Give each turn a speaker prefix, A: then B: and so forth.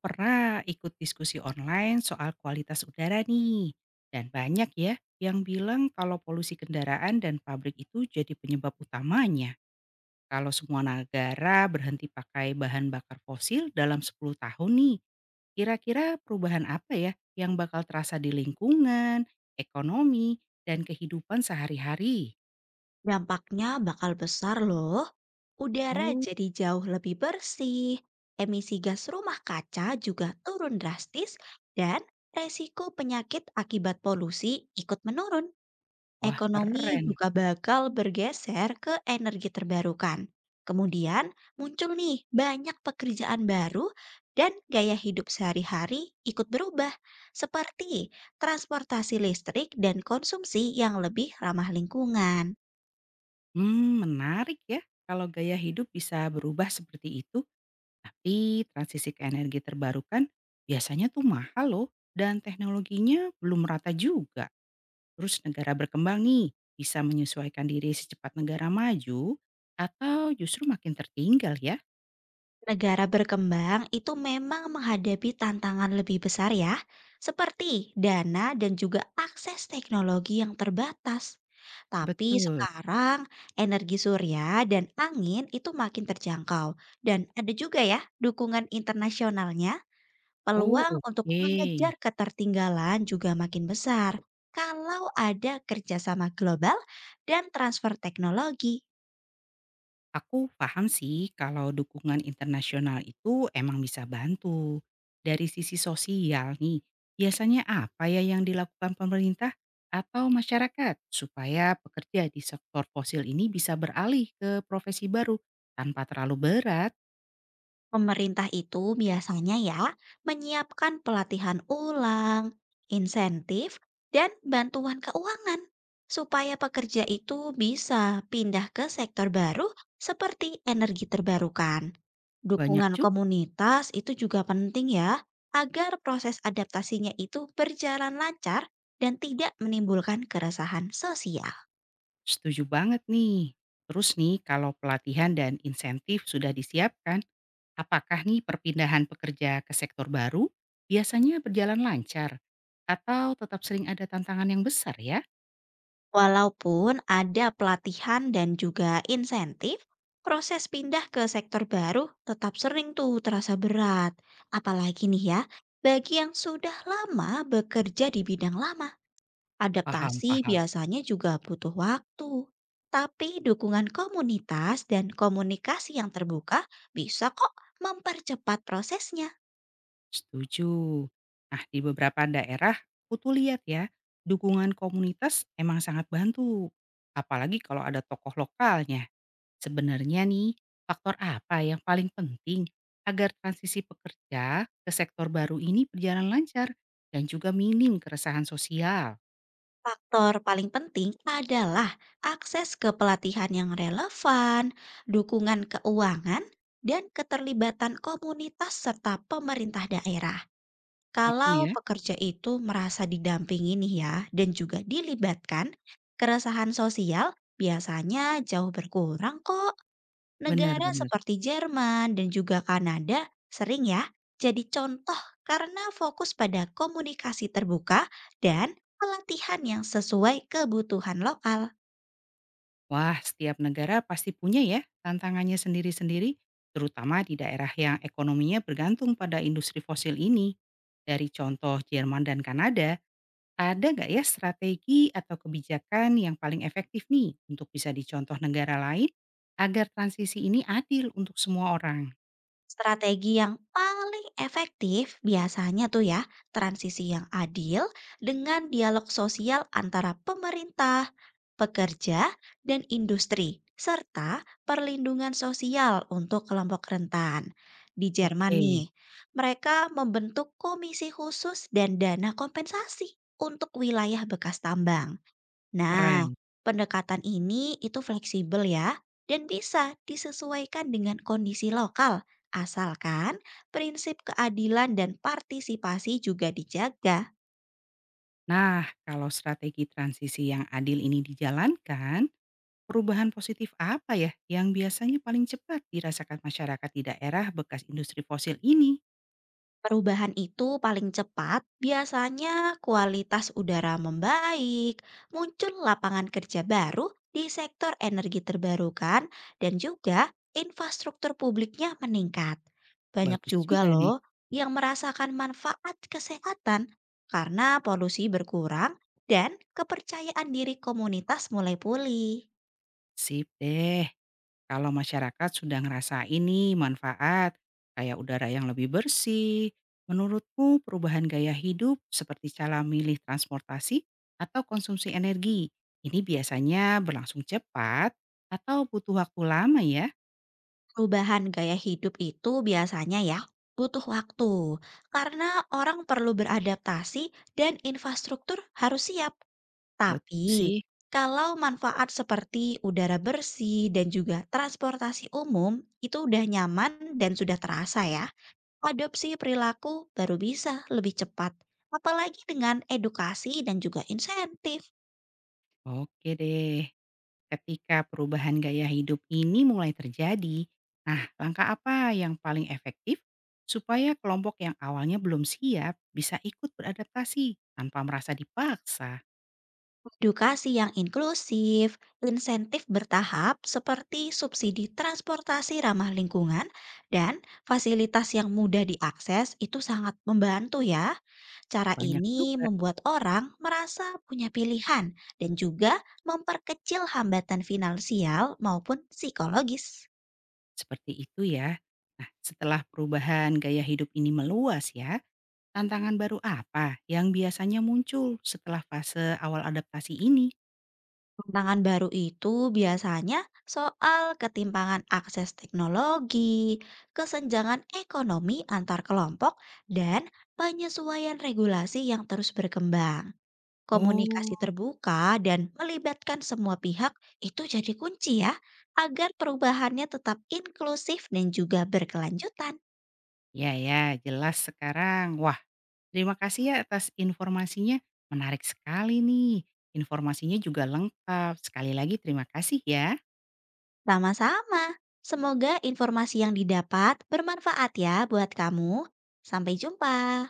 A: Pernah ikut diskusi online soal kualitas udara nih. Dan banyak ya yang bilang kalau polusi kendaraan dan pabrik itu jadi penyebab utamanya. Kalau semua negara berhenti pakai bahan bakar fosil dalam 10 tahun nih, kira-kira perubahan apa ya yang bakal terasa di lingkungan, ekonomi, dan kehidupan sehari-hari?
B: Dampaknya bakal besar loh. Udara
A: Oh.
B: jadi jauh lebih bersih, emisi gas rumah kaca juga turun drastis, dan resiko penyakit akibat polusi ikut menurun.
A: Wah,
B: Ekonomi
A: keren.
B: juga bakal bergeser ke energi terbarukan. Kemudian muncul nih banyak pekerjaan baru dan gaya hidup sehari-hari ikut berubah, seperti transportasi listrik dan konsumsi yang lebih ramah lingkungan.
A: Menarik ya kalau gaya hidup bisa berubah seperti itu. Tapi transisi ke energi terbarukan biasanya tuh mahal loh dan teknologinya belum merata juga. Terus negara berkembang nih bisa menyesuaikan diri secepat negara maju atau justru makin tertinggal ya?
B: Negara berkembang itu memang menghadapi tantangan lebih besar ya, seperti dana dan juga akses teknologi yang terbatas. Tapi
A: Betul.
B: sekarang energi surya dan angin itu makin terjangkau dan ada juga ya dukungan internasionalnya,
A: Oh,
B: peluang untuk
A: oke.
B: mengejar ketertinggalan juga makin besar. Kalau ada kerjasama global dan transfer teknologi.
A: Aku paham sih kalau dukungan internasional itu emang bisa bantu. Dari sisi sosial nih, biasanya apa ya yang dilakukan pemerintah atau masyarakat supaya pekerja di sektor fosil ini bisa beralih ke profesi baru tanpa terlalu berat?
B: Pemerintah itu biasanya ya menyiapkan pelatihan ulang, insentif, dan bantuan keuangan supaya pekerja itu bisa pindah ke sektor baru seperti energi terbarukan.
A: Banyak
B: Dukungan
A: juga,
B: komunitas itu juga penting ya, agar proses adaptasinya itu berjalan lancar dan tidak menimbulkan keresahan sosial.
A: setuju banget nih. Terus nih, kalau pelatihan dan insentif sudah disiapkan, apakah nih perpindahan pekerja ke sektor baru biasanya berjalan lancar atau tetap sering ada tantangan yang besar ya?
B: Walaupun ada pelatihan dan juga insentif, proses pindah ke sektor baru tetap sering tuh terasa berat. Apalagi nih ya, bagi yang sudah lama bekerja di bidang lama,
A: Paham,
B: adaptasi
A: paham.
B: biasanya juga butuh waktu. Tapi dukungan komunitas dan komunikasi yang terbuka bisa kok mempercepat prosesnya.
A: Setuju. Nah, di beberapa daerah, kutu lihat ya, dukungan komunitas emang sangat bantu. Apalagi kalau ada tokoh lokalnya. Sebenarnya nih, faktor apa yang paling penting agar transisi pekerja ke sektor baru ini berjalan lancar dan juga minim keresahan sosial?
B: Faktor paling penting adalah akses ke pelatihan yang relevan, dukungan keuangan, dan keterlibatan komunitas serta pemerintah daerah.
A: Itu
B: Kalau
A: ya,
B: pekerja itu merasa didampingi nih ya dan juga dilibatkan, keresahan sosial biasanya jauh berkurang kok. Negara
A: benar-benar.
B: seperti Jerman dan juga Kanada sering ya jadi contoh karena fokus pada komunikasi terbuka dan pelatihan yang sesuai kebutuhan lokal.
A: Wah, setiap negara pasti punya ya tantangannya sendiri-sendiri, terutama di daerah yang ekonominya bergantung pada industri fosil ini. Dari contoh Jerman dan Kanada, ada nggak ya strategi atau kebijakan yang paling efektif nih untuk bisa dicontoh negara lain agar transisi ini adil untuk semua orang?
B: Strategi yang paling efektif biasanya tuh ya, transisi yang adil dengan dialog sosial antara pemerintah, pekerja, dan industri, serta perlindungan sosial untuk kelompok rentan. Di Jerman
A: Oke,
B: nih, mereka membentuk komisi khusus dan dana kompensasi untuk wilayah bekas tambang. Nah,
A: keren.
B: pendekatan ini itu fleksibel ya dan bisa disesuaikan dengan kondisi lokal, asalkan prinsip keadilan dan partisipasi juga dijaga.
A: Nah, kalau strategi transisi yang adil ini dijalankan, perubahan positif apa ya yang biasanya paling cepat dirasakan masyarakat di daerah bekas industri fosil ini?
B: Perubahan itu paling cepat, biasanya kualitas udara membaik, muncul lapangan kerja baru di sektor energi terbarukan, dan juga infrastruktur publiknya meningkat. Banyak
A: Bagus
B: juga
A: juga nih.
B: loh yang merasakan manfaat kesehatan karena polusi berkurang dan kepercayaan diri komunitas mulai pulih.
A: Sip deh. Kalau masyarakat sudah ngerasa ini manfaat, kayak udara yang lebih bersih, menurutmu perubahan gaya hidup seperti cara milih transportasi atau konsumsi energi, ini biasanya berlangsung cepat atau butuh waktu lama ya?
B: Perubahan gaya hidup itu biasanya ya butuh waktu karena orang perlu beradaptasi dan infrastruktur harus siap.
A: Betul
B: Tapi
A: sih.
B: kalau manfaat seperti udara bersih dan juga transportasi umum itu udah nyaman dan sudah terasa ya, adopsi perilaku baru bisa lebih cepat. Apalagi dengan edukasi dan juga insentif.
A: Oke deh. Ketika perubahan gaya hidup ini mulai terjadi, nah langkah apa yang paling efektif supaya kelompok yang awalnya belum siap bisa ikut beradaptasi tanpa merasa dipaksa?
B: Edukasi yang inklusif, insentif bertahap seperti subsidi transportasi ramah lingkungan, dan fasilitas yang mudah diakses itu sangat membantu ya. Cara
A: Banyak
B: ini
A: juga
B: membuat orang merasa punya pilihan dan juga memperkecil hambatan finansial maupun psikologis.
A: seperti itu ya. Nah, setelah perubahan gaya hidup ini meluas ya, tantangan baru apa yang biasanya muncul setelah fase awal adaptasi ini?
B: Tantangan baru itu biasanya soal ketimpangan akses teknologi, kesenjangan ekonomi antar kelompok, dan penyesuaian regulasi yang terus berkembang. Komunikasi
A: Oh,
B: terbuka dan melibatkan semua pihak itu jadi kunci ya, agar perubahannya tetap inklusif dan juga berkelanjutan.
A: ya ya, jelas sekarang. Wah, terima kasih ya atas informasinya, menarik sekali nih. Informasinya juga lengkap. Sekali lagi terima kasih ya.
B: Sama-sama. Semoga informasi yang didapat bermanfaat ya buat kamu. Sampai jumpa.